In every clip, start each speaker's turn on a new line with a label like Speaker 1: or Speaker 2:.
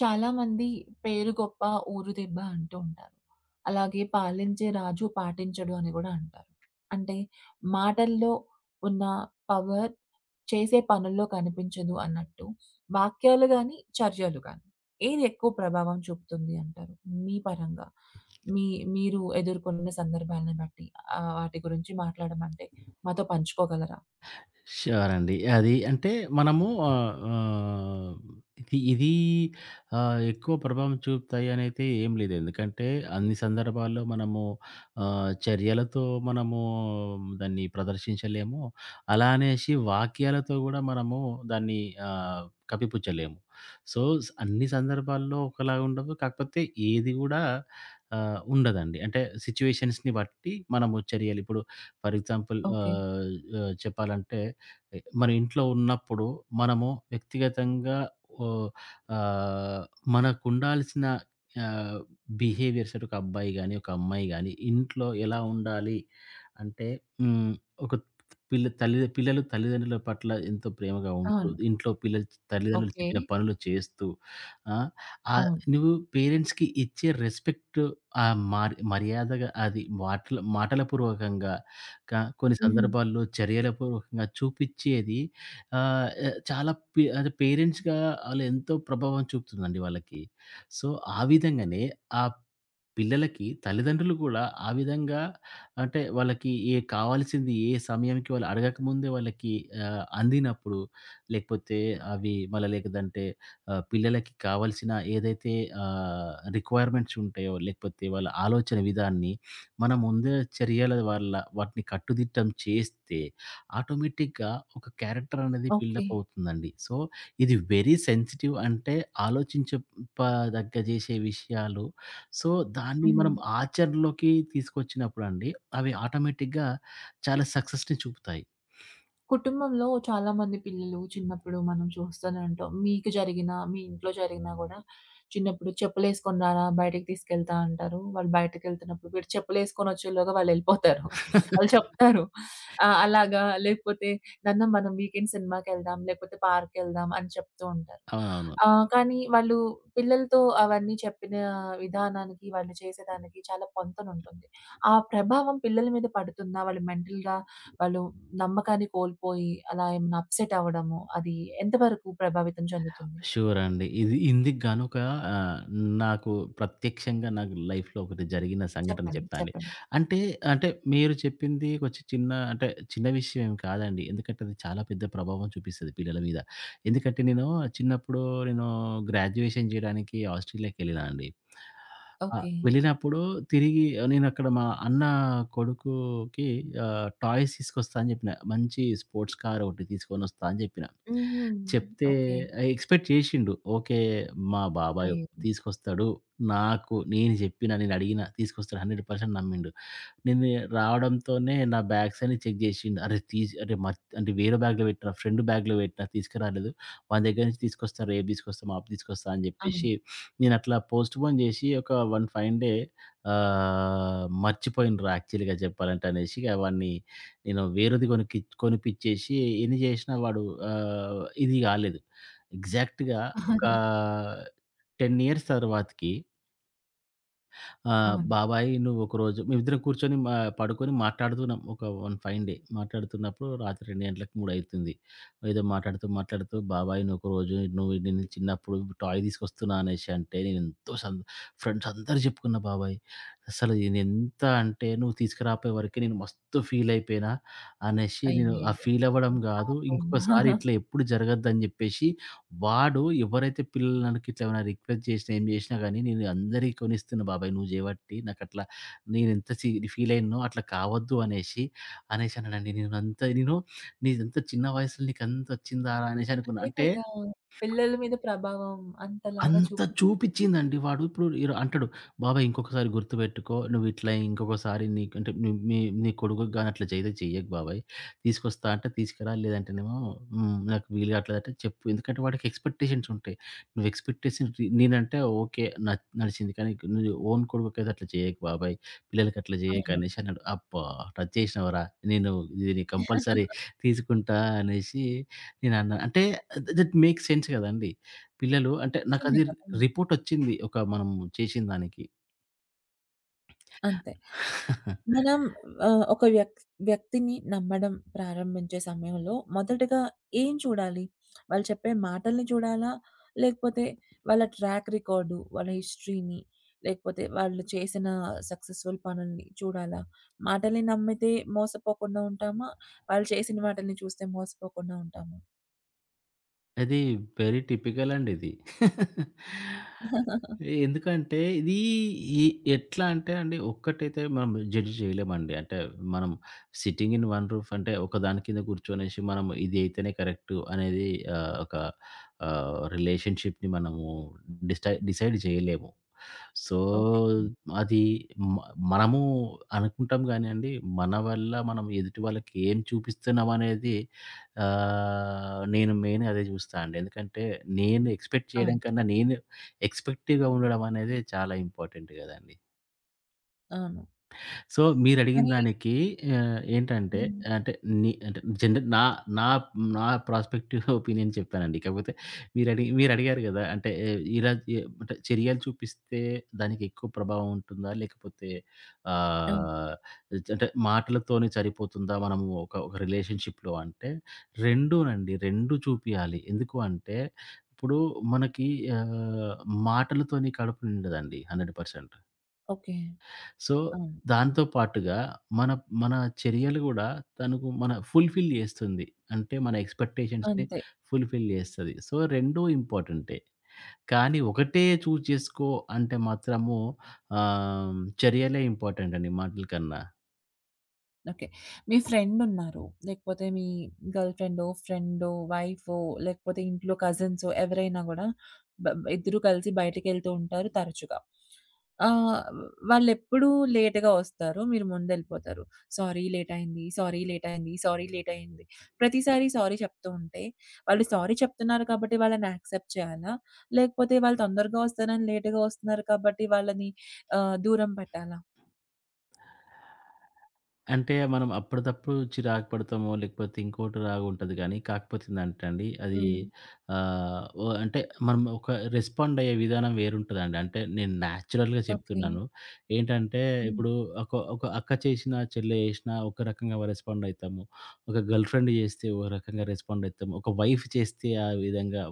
Speaker 1: చాలామంది పేరు గొప్ప ఊరు దెబ్బ అంటూ ఉంటారు. అలాగే పాలించే రాజు పాటించడు అని గూడా అంటారు. అంటే మాటల్లో ఉన్న పవర్ చేసే పనుల్లో కనిపించదు అన్నట్టు వాక్యాలు గాని, చర్యలు గాని ఏది ఎక్కువ ప్రభావం చూపుతుంది అంటారు? మీ పరంగా మీ మీరు ఎదుర్కొన్న సందర్భాలను బట్టి, వాటి గురించి మాట్లాడమంటే మాతో పంచుకోగలరా?
Speaker 2: ష్యూర్ అండి. అది అంటే మనము ఆహ్, ఆహ్, ఇది ఇది ఎక్కువ ప్రభావం చూపుతాయి అనైతే ఏం లేదు. ఎందుకంటే అన్ని సందర్భాల్లో మనము చర్యలతో మనము దాన్ని ప్రదర్శించలేము. అలా అనేసి వాక్యాలతో గూడా మనము దాన్ని ఆహ్, కప్పిపుచ్చలేము. సో, అన్ని సందర్భాల్లో ఒకలాగా ఉండదు. కాకపోతే ఏది గూడా ఉండదండి. అంటే సిట్యుయేషన్స్‌ని బట్టి మనము చర్యలు ఇప్పుడు ఫర్ ఎగ్జాంపుల్
Speaker 1: ఓకే.
Speaker 2: ఆహ్, ఆహ్, చెప్పాలంటే మన ఇంట్లో ఉన్నప్పుడు మనము వ్యక్తిగతంగా ఓ ఆహ్, మనకుండాల్సిన ఆహ్, బిహేవియర్స్ ఒక అబ్బాయి గాని, ఒక అమ్మాయి గాని ఇంట్లో ఎలా ఉండాలి అంటే హ్మ్. ఒక పిల్లలు తల్లిదండ్రుల పట్ల ఎంతో ప్రేమగా ఉంటూ,
Speaker 1: అవును.
Speaker 2: ఇంట్లో పిల్లలు తల్లిదండ్రులు
Speaker 1: ఓకే.
Speaker 2: చెప్పిన పనులు చేస్తూ ఆ!
Speaker 1: అవును.
Speaker 2: నువ్వు పేరెంట్స్‌కి ఇచ్చే రెస్పెక్ట్ ఆ మర్యాదగా అది మాటల మాటల పూర్వకంగా కొన్ని
Speaker 1: హ్మ్.
Speaker 2: సందర్భాల్లో చర్యలపూర్వకంగా చూపిచ్చేది చాలా పే అది పేరెంట్స్‌గా ఆళ్ళెంతో ప్రభావం చూపుతుందండి వాళ్ళకి. సో, ఆ విధంగానే ఆ పిల్లలకి తల్లిదండ్రులు కూడా ఆ విధంగా అంటే వాళ్ళకి ఏ కావాల్సింది ఏ సమయానికి వాళ్ళు అడగకముందే వాళ్ళకి అందినప్పుడు లేకపోతే అవి మళ్ళా లేకదంటే పిల్లలకి కావాల్సిన ఏదైతే ఆహ్, రిక్వైర్మెంట్స్ ఉంటాయో లేకపోతే వాళ్ళ ఆలోచన విధాన్ని మన ముందే చర్యల వల్ల వాటిని కట్టుదిట్టం చేస్తే ఆటోమేటిక్‌గా ఒక క్యారెక్టర్ అనేది
Speaker 1: ఓకే.
Speaker 2: బిల్డప్ అవుతుందండి. సో, ఇది వెరీ సెన్సిటివ్ అంటే ఆలోచించప చేసే విషయాలు. సో, దాన్ని
Speaker 1: హ్మ్.
Speaker 2: మనం ఆచరణలోకి తీసుకొచ్చినప్పుడండి, అవి ఆటోమేటిక్‌గా చాలా సక్సెస్‌ని చూపుతాయి.
Speaker 1: కుటుంబంలో చాలామంది పిల్లలు చిన్నప్పుడు మనం చూస్తూనే ఉంటాం. మీకు జరిగిన, మీ ఇంట్లో జరిగినా గూడా చిన్నప్పుడు చెప్పులేసుకొని రారా! బయటికి తీసుకెళ్తా అంటారు. వాళ్ళు బయటికెళ్తున్నప్పుడు వీడు చెప్పులేసుకొనొచ్చేలోగా వాళ్ళెళ్ళిపోతారు. వాళ్ళు వెళ్ళిపోతారు, వాళ్ళు చెప్తారు. అలాగా లేకపోతే నాన్న మనం వీకెండ్ సినిమాకెళ్దాం, లేకపోతే పార్క్‌కెళ్దాం అని చెప్తూ ఉంటారు.
Speaker 2: అవునవును.
Speaker 1: కానీ వాళ్ళు పిల్లలతో అవన్నీ చెప్పిన విధానానికి, వాళ్ళు చేసేదానికి చాలా పొంతనుంటుంది. ఆ ప్రభావం పిల్లల మీద పడుతుందా? వాళ్ళు మెంటల్‌గా వాళ్ళు నమ్మకాన్ని కోల్పోయి, అలా ఏమైనా అప్‌సెట్ అవ్వడము, అది ఎంత వరకు ప్రభావితం చెందుతుంది?
Speaker 2: షూర్ అండి. ఇది ఇందుకు గాను ఒక ఆహ్, నాకు ప్రత్యక్షంగా నాకు లైఫ్‌లో ఒకటి జరిగిన సంఘటన
Speaker 1: చెప్పండి.
Speaker 2: చెప్తా అండి.
Speaker 1: చెప్పండి.
Speaker 2: అంటే, అంటే, మీరు చెప్పింది కొంచెం చిన్న విషయం ఏమి కాదండి. ఎందుకంటే అది చాలా పెద్ద ప్రభావం చూపిస్తది పిల్లల మీద. ఎందుకంటే చిన్నప్పుడు నేను గ్రాడ్యుయేషన్ చేయడానికి ఆస్ట్రేలియాకెళ్ళినా అండి. ఆ!
Speaker 1: ఓకే.
Speaker 2: వెళ్ళినప్పుడు తిరిగి నేను అక్కడ మా అన్న కొడుకుకి టాయ్స్ తీసుకొస్తా అని చెప్పిన. మంచి స్పోర్ట్స్ కార్ ఒకటి తీసుకొనొస్తా అని చెప్పిన.
Speaker 1: హుహు.
Speaker 2: చెప్తే
Speaker 1: ఓకే.
Speaker 2: ఎక్స్‌పెక్ట్ చేషిండు. ఓకే. మా బాబాయ్
Speaker 1: అయ్యో!
Speaker 2: తీసుకొస్తాడు. నేను జెప్పిన, నేనడిగిన తీసుకొస్తాడు 100% నమ్మిండు. నేను రావడంతోనే నా బ్యాగ్స్ అన్ని చెక్ చేసిండు. అరే! తీసి అరే! మర్చి అంటే వేరే బ్యాగ్‌లో పెట్టిన, ఫ్రెండ్ బ్యాగ్‌లో పెట్టిన తీసుకురాలేదు. వాని దగ్గర నుంచి తీసుకొస్తా, రేపు తీసుకొస్తా, మాపు తీసుకొస్తా అని
Speaker 1: అవును.
Speaker 2: చెప్పేసి నేను అట్లా పోస్ట్‌పోన్ చేసి ఒక వన్ ఫైన్ డే మర్చిపోయిండ్రు యాక్చువల్‌గా చెప్పాలంటే అనేసి ఇగ వాడిని నేను వేరేది కొనికి కొనిపిచ్చేసి ఎన్ని చేసినా వాడు ఇది కాలేదు. ఎగ్జాక్ట్‌గా ఒక 10 ఇయర్స్ తర్వాతకి
Speaker 1: అవును.
Speaker 2: బాబాయ్ నువ్వొకరోజు మేమిద్దరం కూర్చొని మా పడుకొని మాట్లాడుతున్నాం. ఒక వన్ ఫైన్ డే. మాట్లాడుతున్నప్పుడు రాత్రి 2 గంటలకు, 3 అయితుంది. ఏదో మాట్లాడుతూ, మాట్లాడుతూ బాబాయ్ నువ్వొకరోజు నువ్వు నేను చిన్నప్పుడు టాయ్ తీసుకొస్తున్నా అనేసి అంటే నేనెంతో సం ఫ్రెండ్స్ అందరు చెప్పుకున్న బాబాయ్. అసలు నేనెంత అంటే నువ్వు తీసుకురాపోయే వరకే నేను మస్తు ఫీలయిపోయినా అనేసి నేను ఆ
Speaker 1: అయ్యయ్యో!
Speaker 2: ఫీలవ్వడం గాదు.
Speaker 1: పాపం.
Speaker 2: ఇంకొకసారి ఇట్లా ఎప్పుడు జరగద్దని జెప్పేసి వాడు ఎవరైతే పిల్లలనకి ఇట్లా ఏమైనా రిక్వెస్ట్ చేసినా, ఏం చేసినా గానీ, "నేను అందరికీ కొనిస్తున్నా బాబాయ్ నువ్వు చేయబట్టి నాకట్లా నేనెంత సి ఫీల్ అయ్యానో అట్లా కావద్దు" అనేసి అనేసన్నాడండి. నేనంత నేను నీదంత చిన్న వయసులో నీకంతొచ్చిందారా అనేసి అనుకున్నా.
Speaker 1: అదే
Speaker 2: అంటే
Speaker 1: కదా! పిల్లల మీద ప్రభావం అంతలాగా
Speaker 2: అంత చూపిచ్చిందండి వాడు. ఇప్పుడు ఈర అంటడు, "బాబాయ్ ఇంకొకసారి గుర్తుపెట్టుకో. నువ్విట్లా ఇంకొకసారి నీకు అంటే నీ మీ నీ కొడుకుకి గాని అట్లా చెయ్యకు బాబాయ్. తీసుకొస్తా అంటే తీసుకురా. లేదంటేనేమో నాకు వీలు కాట్లేదంటే చెప్పు." ఎందుకంటే వాడికి ఎక్స్‌పెక్టేషన్స్ ఉంటాయి. నువ్వు ఎక్స్‌పెక్టేషన్ రి నేనంటే ఓకే. నడిచింది. కానీ నీ ఓన్ కొడుకుకైతే అట్లా చేయకు బాబాయ్. పిల్లలకి అట్లా చేయకు
Speaker 1: అవును.
Speaker 2: అనేసి అన్నాడు. అబ్బా! టచ్ చేసినవురా. నేను దీన్ని కంపల్సరీ తీసుకుంటా అనేసి నేనన్నా. అంటే దట్ మేక్స్ సెన్స్ కదండీ! పిల్లలు అంటే
Speaker 1: నిజమే
Speaker 2: నాకది
Speaker 1: కదా!
Speaker 2: రిపోర్టొచ్చింది. ఒక మనం చేసిన దానికి.
Speaker 1: అంతే. మనం ఒక వ్యక్తిని నమ్మడం ప్రారంభించే సమయంలో మొదటగా ఏం చూడాలి? వాళ్ళు చెప్పే మాటల్ని చూడాలా? లేకపోతే వాళ్ళ ట్రాక్ రికార్డు, వాళ్ళ హిస్టరీని, లేకపోతే వాళ్ళు చేసిన సక్సెస్‌ఫుల్ పనుల్ని చూడాలా? మాటల్ని నమ్మితే మోసపోకుండా ఉంటామా? వాళ్ళు చేసిన వాటిల్ని చూస్తే మోసపోకుండా ఉంటామా?
Speaker 2: అది వెరీ టిపికల్ అండి ఇది. ఎందుకంటే ఇది ఈ ఎట్లా అంటే అండి ఒక్కటైతే మనం జడ్జ్ చేయలేమండి. అంటే మనం సిట్టింగ్ ఇన్ వన్ రూఫ్ అంటే ఒక దాని కింద కూర్చొనేసి మనం ఇది అయితేనే కరెక్ట్ అనేది ఒక రిలేషన్‌షిప్‌ని మనము డిసైడ్ చేయలేము. So,
Speaker 1: okay.
Speaker 2: అది మ మనము అనుకుంటాం గానీయండి, మన వల్ల మనం ఎదుటి వాళ్ళకి ఏం చూపిస్తున్నాం అనేది నేను మెయిన్ అదే చూస్తా అండి. ఎందుకంటే, నేను ఎక్స్‌పెక్ట్
Speaker 1: అవును.
Speaker 2: చేయడం కన్నా, నేను ఎక్స్‌పెక్టివ్‌గా ఉండడం అనేది చాలా ఇంపార్టెంట్ గదండీ!
Speaker 1: అవును.
Speaker 2: సో, మీరడిగిన
Speaker 1: మరి
Speaker 2: దానికి ఏంటంటే
Speaker 1: హ్మ్.
Speaker 2: అంటే ని అంటే జనరల్ నా నా నా ప్రాస్పెక్టివ్ ఒపీనియన్ చెప్పానండి. కాకపోతే మీరడిగారు గదా! అంటే ఇలా ఎ అంటే చర్యలు చూపిస్తే దానికెక్కువ ప్రభావం ఉంటుందా? లేకపోతే
Speaker 1: అవును.
Speaker 2: ఆహ్, అంటే మాటలతోనే సరిపోతుందా? మనము ఒక ఒక రిలేషన్‌షిప్‌లో అంటే రెండూనండి. 2 చూపియాలి. ఎందుకు అంటే ఇప్పుడు మనకి ఆహ్, మాటలతోని కడుపు నిండదండి 100%.
Speaker 1: ఓకే.
Speaker 2: సో,
Speaker 1: అవును.
Speaker 2: దాంతో పాటుగా మన మన చర్యలు గూడా తనకు మన ఫుల్‌ఫిల్ జేస్తుంది. అంటే మన ఎక్స్‌పెక్టేషన్స్‌ని
Speaker 1: అంతే.
Speaker 2: ఫుల్‌ఫిల్ జేస్తది. సో, 2 ఇంపార్టెంటే. కానీ ఒకటే చూజ్ చేసుకో అంటే మాత్రము చర్యలే ఇంపార్టెంట్ అండి మాటల కన్నా.
Speaker 1: ఓకే. మీ ఫ్రెండున్నారు. లేకపోతే మీ గర్ల్ ఫ్రెండో, ఫ్రెండో, వైఫో లేకపోతే ఇంట్లో కజిన్సో ఎవరైనా గూడా బ ఇద్దరూ కలిసి బయటికెళ్తూ ఉంటారు తరచుగా. ఆహ్, వాళ్ళెప్పుడూ లేట్‌గా వస్తారు. మీరు ముందెళ్ళిపోతారు. సారీ లేట్ అయింది. సారీ లేట్ అయింది. సారీ లేట్ అయింది. ప్రతిసారి సారీ చెప్తూ ఉంటే వాళ్ళు సారీ చెప్తున్నారు కాబట్టి వాళ్ళని యాక్సెప్ట్ చేయాలా? లేకపోతే వాళ్ళు తొందరగా వస్తారని లేట్‌గా వస్తున్నారు కాబట్టి వాళ్ళని, దూరం పెట్టాలా?
Speaker 2: అంటే మనం అప్పటిదప్పుడు చిరాకు పడతామో, లేకపోతే ఇంకోటి రాగుంటది గానీ, కాకపోతే ఏందంటండి అది
Speaker 1: హ్మ్.
Speaker 2: ఓ అంటే మనం ఒక రెస్పాండ్ అయ్యే విధానం వేరుంటదండి. అంటే నేను నేచురల్‌గా
Speaker 1: ఓకే.
Speaker 2: చెప్తున్నాను. ఏంటంటే
Speaker 1: హ్మ్.
Speaker 2: ఇప్పుడు ఒక ఒక అక్క చేసినా, చెల్లె చేసినా ఒక రకంగా రెస్పాండ్ అయితాము. ఒక గర్ల్‌ఫ్రెండ్ చేస్తే ఒక రకంగా రెస్పాండ్ అయితాము. ఒక వైఫ్ చేస్తే ఆ విధంగా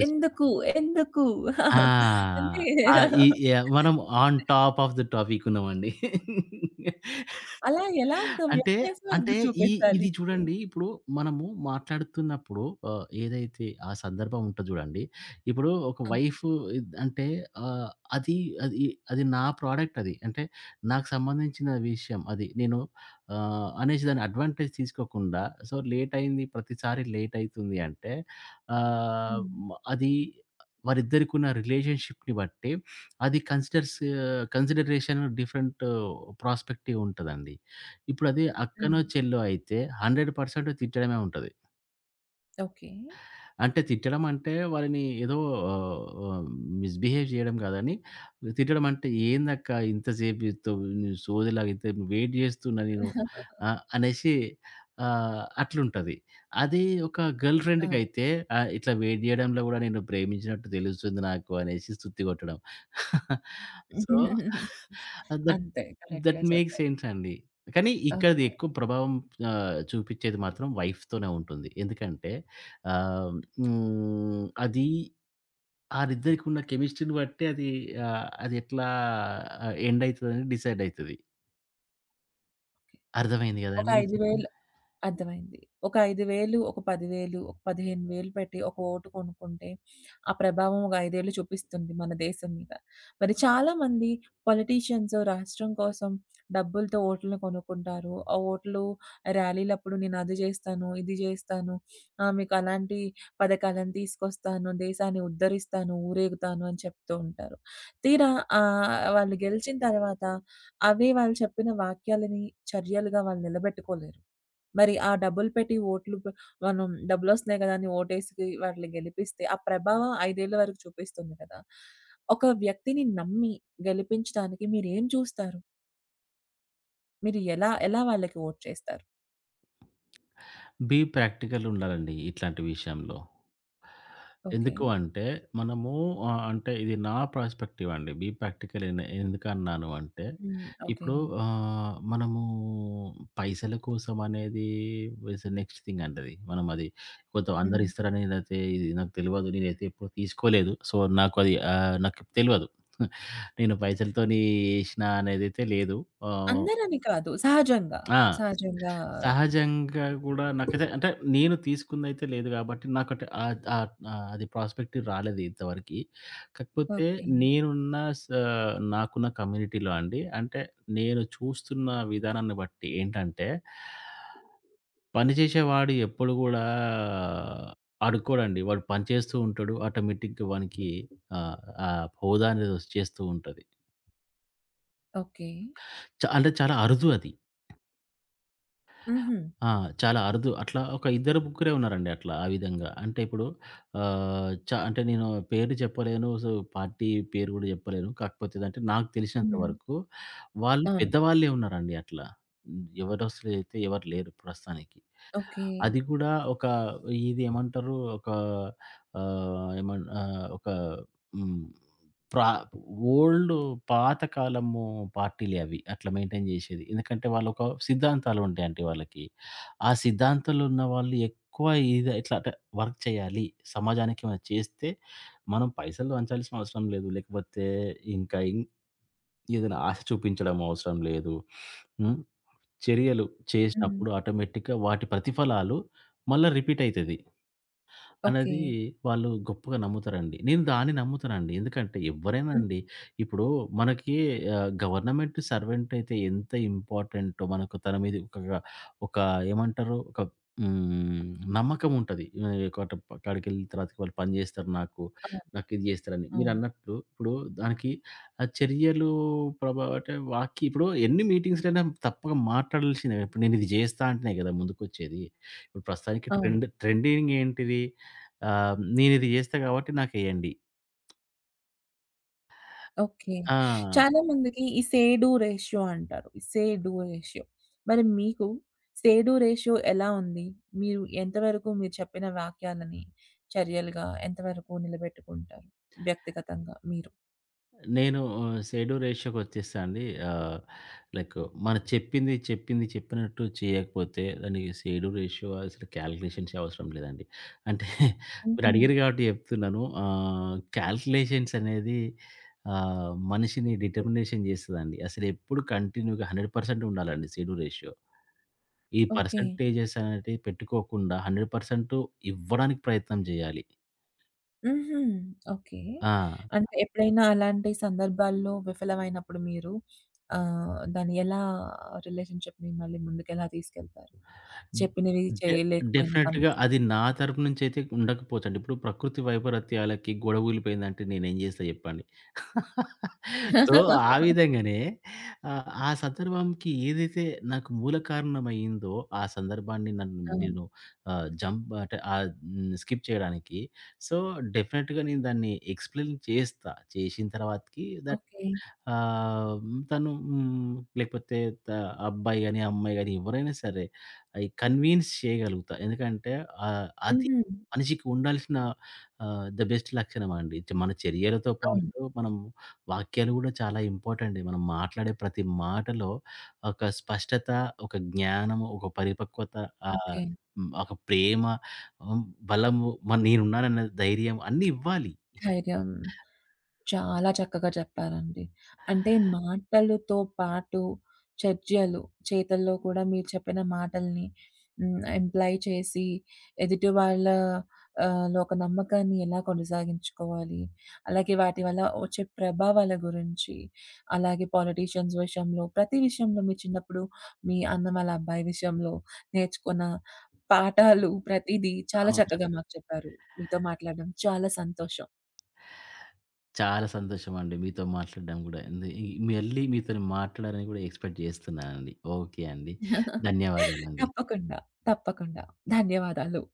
Speaker 2: రెస్పా
Speaker 1: ఎందుకు? ఎందుకు?
Speaker 2: ఆ!
Speaker 1: అంటే
Speaker 2: ఆ! ఈ యాహ్! మనం on top of the topic ఉన్నామండి.
Speaker 1: అలా ఎలాగా
Speaker 2: అంటే,
Speaker 1: వ్యత్యాసం
Speaker 2: అంటే,
Speaker 1: ఎందుకు
Speaker 2: ఈ ఇది
Speaker 1: చూపించాలిప్పుడు?
Speaker 2: చూడండి. ఇప్పుడు మనము మాట్లాడుతున్నప్పుడు ఏదైతే ఆ సందర్భం ఉంటది చూడండి. ఇప్పుడు ఒక
Speaker 1: ఆ!
Speaker 2: వైఫ్ ఇద్ అంటే ఆహ్, అది అది అది నా ప్రొడక్ట్ అది. అంటే నాకు సంబంధించిన విషయం అది. నేను అనేసి దాన్ని అడ్వాంటేజ్ తీసుకోకుండా సో, లేట్ అయింది ప్రతిసారి లేట్ అయితుంది అంటే ఆహ్,
Speaker 1: హ్మ్.
Speaker 2: మ అది వారిద్దరికున్న రిలేషన్‌షిప్‌ని బట్టి అది కన్సిడరేషన్ డిఫరెంట్ ప్రాస్పెక్టివ్ ఉంటదండి. ఇప్పుడది
Speaker 1: హ్మ్.
Speaker 2: అక్కనో, చెల్లో అయితే 100% తిట్టడమే ఉంటది.
Speaker 1: ఓకే.
Speaker 2: అంటే తిట్టడం అంటే వాళ్ళని ఏదో ఆహ్, ఆహ్, మిస్‌బిహేవ్ చేయడం కాదని, తిట్టడం అంటే "ఏందక్కా ఇంతసేపు జేత్తవు నువ్వు సోదిలాగా ఇంత వెయిట్ జేస్తున్నా నేను" అనేసి అట్లుంటది. అది ఒక గర్ల్
Speaker 1: అవును.
Speaker 2: ఫ్రెండ్‌కైతే ఇట్లా వెయిట్ జేయడంలో గూడా నిన్ను ప్రేమించినట్టు తెలుస్తుంది నాకు అనేసి స్తుతి కొట్టడం. సో, దట్
Speaker 1: అంతే. కరెక్ట్‌గా
Speaker 2: దట్ మేక్స్
Speaker 1: చెప్పారు.
Speaker 2: సెన్స్ అండి. కానీ ఇక్కడిది
Speaker 1: ఆహా!
Speaker 2: ఎక్కువ ప్రభావం చూపిచ్చేది మాత్రం వైఫ్‌తోనే ఉంటుంది. ఎందుకంటే ఆహ్, హ్మ్. అది ఆళ్ళిద్దరికి ఉన్న కెమిస్ట్రీ‌ని బట్టి అది అది ఎట్లా ఎండ్ అయితదని డిసైడ్ అయితది. అర్థమైంది
Speaker 1: ఒక
Speaker 2: గదండీ నేను చెప్పింది?
Speaker 1: 5,000 అర్థమైంది. ఒక 5,000, ఒక 10,000, ఒక 15,000 పెట్టి ఒక ఓటు కొనుక్కుంటే, ఆ ప్రభావం ఒక 5 ఏళ్ళు చూపిస్తుంది మన దేశం మీద. మరి చాలామంది పొలిటీషియన్స్ రాష్ట్రం కోసం డబ్బులతో ఓట్లను కొనుక్కుంటారు. ఆ ఓట్లు ర్యాలీలప్పుడు నేను అది జేస్తాను, ఇది జేస్తాను, మీకు అలాంటి పథకాలను తీసుకొస్తాను, దేశాన్ని ఉద్ధరిస్తాను, ఊరేగుతాను అని చెప్తూ ఉంటారు. తీరా, వాళ్ళు గెలిచిన తర్వాత అవే వాళ్ళు చెప్పిన వాక్యాలని చర్యలుగా వాళ్ళు నిలబెట్టుకోలేరు. మరి ఆ డబ్బులు పెట్టి ఓట్లు పె మనం డబ్బులొస్తున్నాయి గదా! అని ఓటేసి వాటిని గెలిపిస్తే ఆ ప్రభావం 5 ఏళ్ల వరకు చూపిస్తుంది కదా! ఒక వ్యక్తిని నమ్మి గెలిపించడానికి మీరేం చూస్తారు? మీరు ఎలా ఎలా వాళ్ళకి ఓట్ చేస్తారు?
Speaker 2: బీ ప్రాక్టికల్ ఉండాలండి ఇట్లాంటి విషయంలో.
Speaker 1: ఓకే.
Speaker 2: ఎందుకు అంటే మనము అంటే ఇది నా పర్స్‌పెక్టివ్ అండి. బీ ప్రాక్టికల్ ఎన్ ఎందుకన్నాను అంటే,
Speaker 1: హ్మ్. ఓకే.
Speaker 2: ఇప్పుడు మనము పైసల కోసం అనేది ఇస్ నెక్స్ట్ థింగ్ అండి అది. మనం అది కొంత అందరు
Speaker 1: హ్మ్.
Speaker 2: ఇస్తారనేదైతే ఇది నాకు తెలవదు. నేనైతే ఎప్పుడు తీసుకోలేదు. సో, నాకు అది నాకు తెలవదు. నేను పైసలతోని ఏసినా అనేదైతే లేదు. ఆహ్
Speaker 1: అందరని కాదు. సహజంగా.
Speaker 2: ఆ!
Speaker 1: సహజంగా
Speaker 2: సహజంగా గూడా నాకైతే అంటే నేను తీసుకుందయితే లేదు గాబట్టి, నాకంటే ఆహ్, ఆహ్, ఆహ్, అది ప్రాస్పెక్టివ్ రాలేదు ఇంతవరకి. కాకపోతే
Speaker 1: ఓకే.
Speaker 2: నేనున్న స నాకున్న కమ్యూనిటీలో అండి, అంటే నేను చూస్తున్న విధానాన్ని బట్టి ఏంటంటే, పని చేసేవాడు ఎప్పుడు గూడా అడుక్కోడండి. వాడు పని చేస్తూ ఉంటాడు. ఆటోమేటిక్‌గా వానికి ఆహ్, ఆ హోదా అనేది వచ్చేస్తూ ఉంటది.
Speaker 1: ఓకే.
Speaker 2: చ అంటే చాలా అరుదు అది.
Speaker 1: హుహు.
Speaker 2: ఆ! చాలా అరుదు. అట్లా ఒక ఇద్దరు, ముగ్గురే ఉన్నారండి అట్లా. ఆ విధంగా. అంటే ఇప్పుడు చ అంటే నేను పేరు చెప్పలేను. సో, పార్టీ పేరు గూడా చెప్పలేను. కాకపోతే ఏదంటే నాకు తెలిసినంత
Speaker 1: హ్మ్.
Speaker 2: వరకు వాళ్ళు
Speaker 1: అవును.
Speaker 2: పెద్దవాళ్ళే ఉన్నారండి అట్లా. హ్మ్. ఎవరసలు అయితే ఎవరు లేరు ప్రస్తుతానికి.
Speaker 1: ఓకే.
Speaker 2: అది కూడా ఒక ఇది ఏమంటారు? ఒక ఒక హ్మ్. ప్రా ఓల్డ్ పాతకాలము పార్టీలే అవి. అట్లా మెయింటైన్ జేసేది. ఎందుకంటే వాళ్ళొక సిద్ధాంతాలు ఉంటాయండి వాళ్ళకి. ఆ సిద్ధాంతాలు ఉన్న వాళ్ళు ఎక్కువ ఇది ఇట్లా అంటే వర్క్ చేయాలి. సమాజానికి ఏమైనా చేస్తే మనం పైసలు వంచాల్సిన అవసరం లేదు. లేకపోతే ఇంకా ఇం ఏదైనా ఆశ చూపించడం అవసరం లేదు. హ్మ్. చర్యలు
Speaker 1: హ్మ్.
Speaker 2: చేసినప్పుడు ఆటోమేటిక్‌గా వాటి ప్రతిఫలాలు మళ్ళా రిపీట్ అయితది.
Speaker 1: ఓకే.
Speaker 2: అనేది వాళ్ళు గొప్పగా నమ్ముతారండి. నేను దాన్ని నమ్ముతానండి. ఎందుకంటే ఎవ్వరైనా
Speaker 1: హ్మ్.
Speaker 2: అండి ఇప్పుడు మనకి గవర్నమెంట్ సర్వెంట్ అయితే ఎంత ఇంపార్టెంటో మనకు తన మీద ఒక ఒక ఏమంటారు ఒక హ్మ్. నమ్మకం ఉంటది. ఒకట అక్కడికెళ్ళిన తర్వాత వాళ్ళు పని జేస్తారు నాకు.
Speaker 1: అవును.
Speaker 2: నాకిది జేస్తారని.
Speaker 1: అవును.
Speaker 2: మీరన్నట్లు ఇప్పుడు దానికి చర్యలు ప్రభావ అంటే వాకి ఇప్పుడు ఎన్ని మీటింగ్స్‌లైనా తప్పక మాట్లాడాల్సిందే. ఇప్పుడు నేనిది జేస్తా అంటేనే గదా! ముందుకొచ్చేది. ఇప్పుడు ప్రస్తుతానికి
Speaker 1: అవును.
Speaker 2: ట్రెండింగ్ ఏంటిది? నేనిది జేస్తా గాబట్టి నాకెయ్యండి.
Speaker 1: ఓకే.
Speaker 2: ఆ!
Speaker 1: చాలా మందికి ఈ సేడు రేషియో అంటారు. ఈ సేడు రేషియో. మరి మీకు సేడు రేషియో ఎలా ఉంది? మీరు ఎంతవరకు మీరు చెప్పిన వాక్యాలని చర్యలుగా ఎంతవరకు నిలబెట్టుకుంటారు? వ్యక్తిగతంగా మీరు?
Speaker 2: నేను షెడ్యూ రేషియోకొచ్చేస్తా అండి. ఆహ్, లైక్ మనం చెప్పింది చెప్పినట్టు చేయకపోతే దానికి షెడ్యూ రేషియో అసలు కాలిక్యులేషన్సే అవసరం లేదండి. అంటే
Speaker 1: హుహు.
Speaker 2: మీరడిగిర్రు గాబట్టి జెప్తున్నాను. కాలిక్యులేషన్స్ అనేది మనిషిని డిటర్మినేషన్ జేస్తదండి. అసలెప్పుడు కంటిన్యూగా 100% ఉండాలండి షెడ్యూ రేషియో. ఈ
Speaker 1: ఓకే.
Speaker 2: పర్సెంటేజెస్ అనేటివి పెట్టుకోకుండా 100% ఇవ్వడానికి ప్రయత్నం జేయాలి.
Speaker 1: హుహు. ఓకే.
Speaker 2: ఆ!
Speaker 1: అంటే ఎప్పుడైనా అలాంటి సందర్భాల్లో విఫలమైనప్పుడు మీరు, దాన్ని ఎలా రిలేషన్‌షిప్‌ని మళ్ళీ ముందుకెలా తీసుకెళ్తారు? చెప్పినవి
Speaker 2: డె
Speaker 1: చేయలేకపోయిన
Speaker 2: డెఫినెట్‌గా
Speaker 1: సందర్భం?
Speaker 2: అది నా తరపు నుంచయితే ఉండకపోవచ్చండి. ఇప్పుడు ప్రకృతి వైపరీత్యాలకి గొడవ కూలిపోయిందంటే నేనేం చేస్తా చెప్పండి? సో, ఆ విధంగానే ఆ సందర్భంకి ఏదైతే నాకు మూల కారణమయిందో, ఆ సందర్భాన్ని నన్ను
Speaker 1: అవును.
Speaker 2: నేను ఆహ్, జంప్ అంటే ఆహ్, హ్మ్, స్కిప్ చేయడానికి. సో, డెఫినెట్‌గా నేను దాన్ని ఎక్స్‌ప్లెయిన్ చేస్తా. చేసిన తర్వాతకి దట్
Speaker 1: ఓకే.
Speaker 2: ఆహ్, తను లేకపోతే త అబ్బాయి గాని, అమ్మాయి గాని ఎవరైనా సరే అయి కన్విన్స్ చేయగలుగుతా. ఎందుకంటే అది
Speaker 1: హుహు.
Speaker 2: మనిషికి ఉండాల్సిన ఆ! ద బెస్ట్ లక్షణం అండి. చ- మన చర్యలతో
Speaker 1: అవును.
Speaker 2: పాటు మనం వాక్యాలు గూడా చాలా ఇంపార్టెంటే. మనం మాట్లాడే ప్రతి మాటలో ఒక స్పష్టత, ఒక జ్ఞానము, ఒక పరిపక్వత ఆహ్,
Speaker 1: ఓకే.
Speaker 2: హ్మ్. ఒక ప్రేమ, హ్మ్. బలము మరి నేనున్నానన్న ధైర్యం అన్నీ ఇవ్వాలి.
Speaker 1: ధైర్యం. చాలా చక్కగా చెప్పారండి. అంటే మాటలతో పాటు చర్యలు, చేతల్లో కూడా మీరు చెప్పిన మాటల్ని హ్మ్. ఎంప్లాయ్ చేసి ఎదుటి వాళ్ళ, లో ఒక నమ్మకాన్ని ఎలా కొనసాగించుకోవాలి? అలాగే వాటి వల్ల వచ్చే ప్రభావాల గురించి, అలాగే పొలిటీషియన్స్ విషయంలో, ప్రతి విషయంలో మీ చిన్నప్పుడు మీ అన్న వాళ్ళ అబ్బాయి విషయంలో నేర్చుకున్న పాఠాలు ప్రతీదీ చాలా చక్కగా
Speaker 2: అవునండి.
Speaker 1: మాకు చెప్పారు. మీతో మాట్లాడడం చాలా సంతోషం.
Speaker 2: చాలా సంతోషం అండి. మీతో మాట్లాడడం గూడా. ఈ మళ్ళీ మీతోని మాట్లాడాలని గూడా ఎక్స్‌పెక్ట్ చేస్తున్నానండి. ఓకే అండి. ధన్యవాదాలండి.
Speaker 1: తప్పకుండా. తప్పకుండా. ధన్యవాదాలు.